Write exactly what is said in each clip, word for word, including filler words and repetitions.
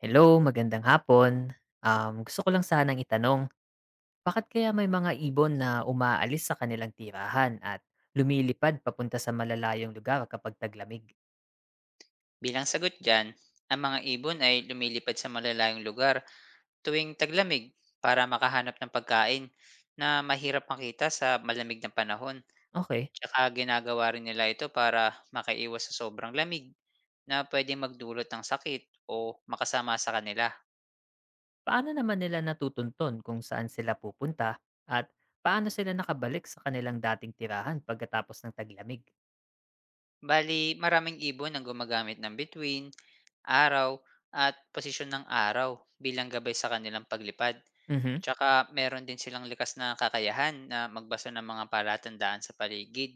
Hello, magandang hapon. Um, gusto ko lang sanang itanong, bakit kaya may mga ibon na umaalis sa kanilang tirahan at lumilipad papunta sa malalayong lugar kapag taglamig? Bilang sagot dyan, ang mga ibon ay lumilipad sa malalayong lugar tuwing taglamig para makahanap ng pagkain na mahirap makita sa malamig na panahon. Okay, Tsaka ginagawa rin nila ito para makaiwas sa sobrang lamig na pwedeng magdulot ng sakit o makasama sa kanila. paano naman nila natutunton kung saan sila pupunta at paano sila nakabalik sa kanilang dating tirahan pagkatapos ng taglamig? Bali, maraming ibon ang gumagamit ng bituin, araw, at posisyon ng araw bilang gabay sa kanilang paglipad. Mhm. Tsaka meron din silang likas na kakayahan na magbasa ng mga palatandaan sa paligid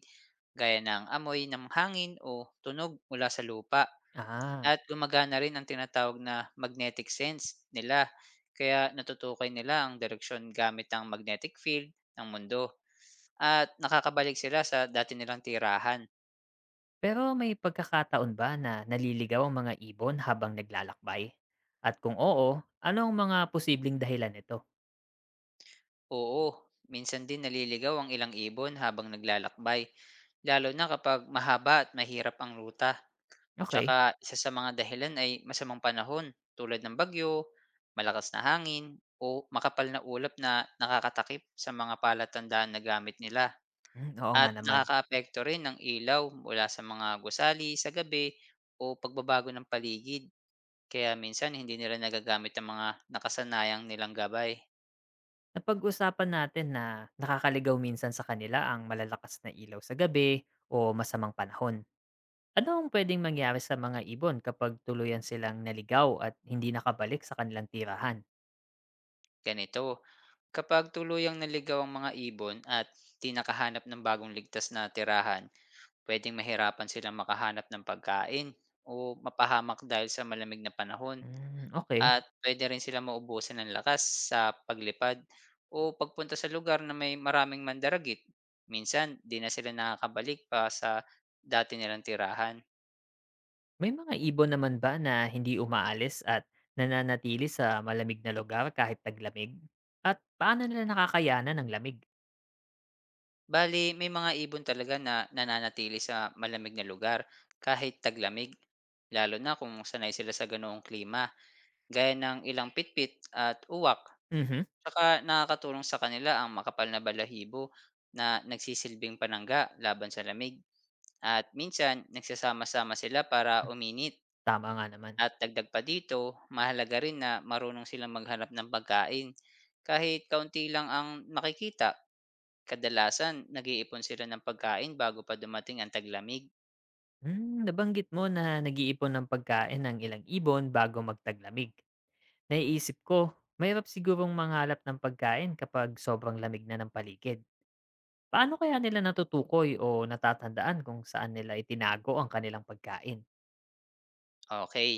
gaya ng amoy ng hangin o tunog mula sa lupa. Ah, At gumagana rin ang tinatawag na magnetic sense nila, kaya natutukoy nila ang direksyon gamit ang magnetic field ng mundo at nakakabalik sila sa dati nilang tirahan. pero may pagkakataon ba na naliligaw ang mga ibon habang naglalakbay? At kung oo, ano ang mga posibleng dahilan nito? Oo, minsan din naliligaw ang ilang ibon habang naglalakbay, lalo na kapag mahaba at mahirap ang ruta. Tsaka Okay. isa sa mga dahilan ay masamang panahon, tulad ng bagyo, malakas na hangin, o makapal na ulap na nakakatakip sa mga palatandaan na gamit nila. Hmm, oo nga At naman. nakakaapekto rin ng ilaw mula sa mga gusali sa gabi o pagbabago ng paligid. Kaya minsan hindi nila nagagamit ang mga nakasanayang nilang gabay. Napag-usapan natin na nakakaligaw minsan sa kanila ang malalakas na ilaw sa gabi o masamang panahon. Ano ang pwedeng mangyari sa mga ibon kapag tuluyan silang naligaw at hindi nakabalik sa kanilang tirahan? Ganito, kapag tuluyang naligaw ang mga ibon at di nakahanap ng bagong ligtas na tirahan, pwedeng mahirapan silang makahanap ng pagkain o mapahamak dahil sa malamig na panahon, Hmm, okay. at pwede rin silang maubusan ng lakas sa paglipad o pagpunta sa lugar na may maraming mandaragit. Minsan, di na sila nakakabalik pa sa dati nilang tirahan. May mga ibon naman ba na hindi umaalis at nananatili sa malamig na lugar kahit taglamig? At paano nila nakakayanan ng lamig? Bali, may mga ibon talaga na nananatili sa malamig na lugar kahit taglamig, lalo na kung sanay sila sa ganoong klima, gaya ng ilang pitpit at uwak. Mhm. Tsaka nakakatulong sa kanila ang makapal na balahibo na nagsisilbing panangga laban sa lamig. At minsan, nagsasama-sama sila para uminit. Tama nga naman. At dagdag pa dito, mahalaga rin na marunong silang maghanap ng pagkain. Kahit kaunti lang ang makikita, kadalasan nag-iipon sila ng pagkain bago pa dumating ang taglamig. Hmm, nabanggit mo na nag-iipon ng pagkain ng ilang ibon bago magtaglamig. Naiisip ko, mahirap sigurong manghalap ng pagkain kapag sobrang lamig na ng paligid. Paano kaya nila natutukoy o natatandaan kung saan nila itinago ang kanilang pagkain? Okay.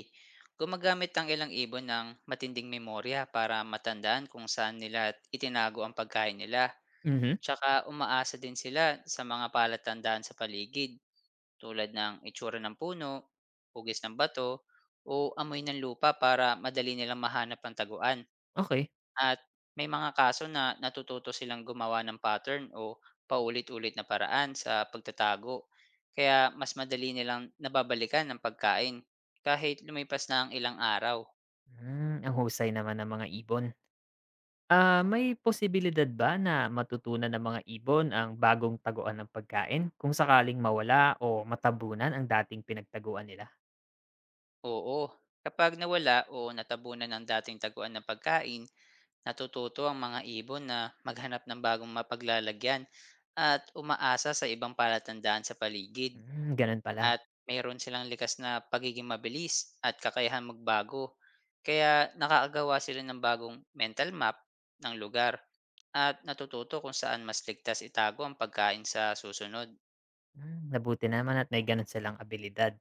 Gumagamit ang ilang ibon ng matinding memorya para matandaan kung saan nila at itinago ang pagkain nila. Mhm. Tsaka umaasa din sila sa mga palatandaan sa paligid, tulad ng itsura ng puno, hugis ng bato, o amoy ng lupa, para madali nilang mahanap ang taguan. Okay. At may mga kaso na natututo silang gumawa ng pattern o paulit-ulit na paraan sa pagtatago. Kaya mas madali nilang nababalikan ang pagkain kahit lumipas na ang ilang araw. Hmm, ang husay naman ng mga ibon. Ah, may posibilidad ba na matutunan ng mga ibon ang bagong taguan ng pagkain kung sakaling mawala o matabunan ang dating pinagtaguan nila? Oo, kapag nawala o natabunan ng dating taguan ng pagkain, natututo ang mga ibon na maghanap ng bagong mapaglalagyan at umaasa sa ibang palatandaan sa paligid. Hmm, ganun pala. At mayroon silang likas na pagiging mabilis at kakayahan magbago. Kaya nakakagawa sila ng bagong mental map ng lugar, at natututo kung saan mas ligtas itago ang pagkain sa susunod. Hmm, mabuti naman at may gano'n silang abilidad.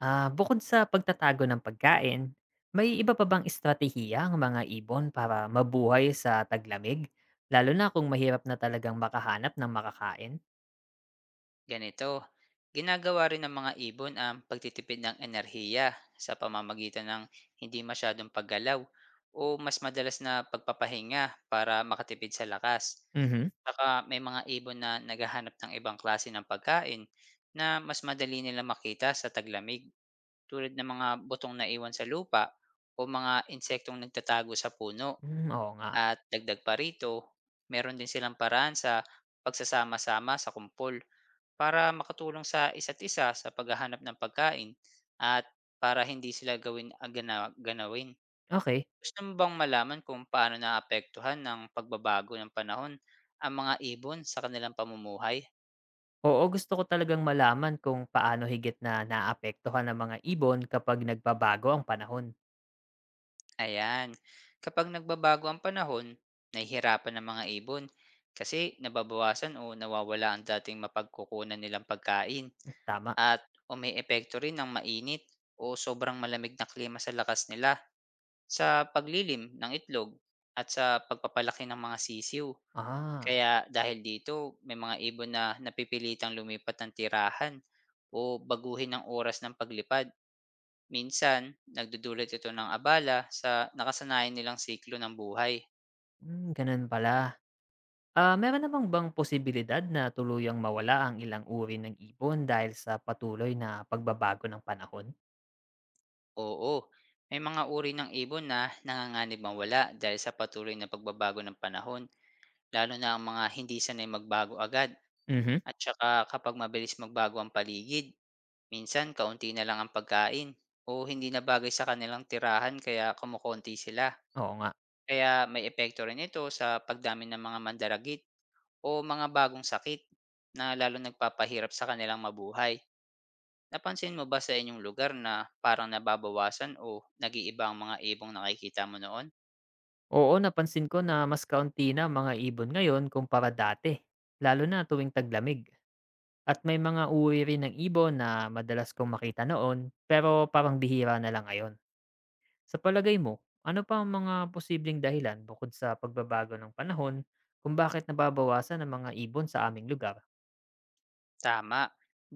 Ah, bukod sa pagtatago ng pagkain, may iba pa bang estratehiya ang mga ibon para mabuhay sa taglamig? Lalo na kung mahirap na talagang makahanap ng makakain? Ganito, ginagawa rin ng mga ibon ang pagtitipid ng enerhiya sa pamamagitan ng hindi masyadong paggalaw o mas madalas na pagpapahinga para makatipid sa lakas. Mhm. Saka may mga ibon na naghahanap ng ibang klase ng pagkain na mas madali nila makita sa taglamig, tulad ng mga butong na iwan sa lupa o mga insektong nagtatago sa puno. Hmm, oo nga. At dagdag pa rito, meron din silang paraan sa pagsasama-sama sa kumpol para makatulong sa isa't isa sa paghahanap ng pagkain, at para hindi sila gawin ah, gana- ganawin. Okay. Gusto mo bang malaman kung paano naapektuhan ng pagbabago ng panahon ang mga ibon sa kanilang pamumuhay? Oo, gusto ko talagang malaman kung paano higit na naapektuhan ng mga ibon kapag nagbabago ang panahon. Ayan, kapag nagbabago ang panahon, nahihirapan ng mga ibon kasi nababawasan o nawawala ang dating mapagkukunan nilang pagkain, Hmm, tama. at o may epekto rin ng mainit o sobrang malamig na klima sa lakas nila, sa paglilim ng itlog, at sa pagpapalaki ng mga sisiw. Ah, Kaya dahil dito, may mga ibon na napipilitang lumipat ng tirahan o baguhin ang oras ng paglipad. Minsan, nagdudulot ito ng abala sa nakasanayan nilang siklo ng buhay. hmm, ganun pala. Ah, meron namang bang posibilidad na tuluyang mawala ang ilang uri ng ibon dahil sa patuloy na pagbabago ng panahon? Oo, may mga uri ng ibon na nanganganib mawala dahil sa patuloy na pagbabago ng panahon, lalo na ang mga hindi sanay magbago agad. Mhm. At saka kapag mabilis magbago ang paligid, minsan kaunti na lang ang pagkain o hindi na bagay sa kanilang tirahan kaya kumukonti sila. Oo nga. Kaya may epekto rin ito sa pagdami ng mga mandaragit o mga bagong sakit na lalo nagpapahirap sa kanilang mabuhay. Napansin mo ba sa inyong lugar na parang nababawasan o nag-iiba ang mga ibong nakikita mo noon? Oo, napansin ko na mas kaunti na ang mga ibon ngayon kumpara dati, lalo na tuwing taglamig. At may mga uri rin ng ibon na madalas kong makita noon, pero parang bihira na lang ngayon. Sa palagay mo, ano pa ang mga posibleng dahilan bukod sa pagbabago ng panahon kung bakit nababawasan ang mga ibon sa aming lugar? Tama.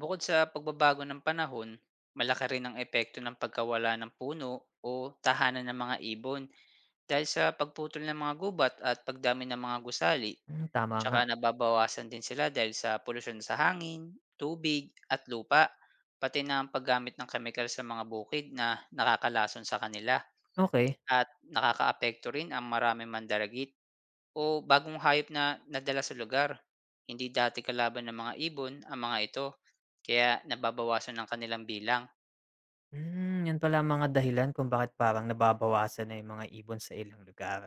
Bukod sa pagbabago ng panahon, malaki rin ang epekto ng pagkawala ng puno o tahanan ng mga ibon dahil sa pagputol ng mga gubat at pagdami ng mga gusali. Hmm, tama Tsaka nga. nababawasan din sila dahil sa polusyon sa hangin, tubig, at lupa, pati na ang paggamit ng kemikal sa mga bukid na nakakalason sa kanila, Okay. at nakakaapekto rin ang maraming mandaragit o bagong hayop na nadala sa lugar. Hindi dati kalaban ng mga ibon ang mga ito, kaya nababawasan ang kanilang bilang. Hmm, 'yun pala ang mga dahilan kung bakit parang nababawasan na 'yung mga ibon sa ilang lugar.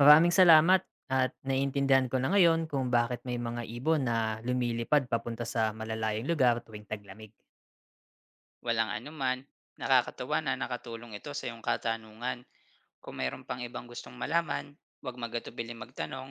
Maraming salamat at naiintindihan ko na ngayon kung bakit may mga ibon na lumilipad papunta sa malalayong lugar tuwing taglamig. Walang anuman, nakakatawa na nakatulong ito sa iyong katanungan. Kung mayroon pang ibang gustong malaman, 'wag magatubili magtanong.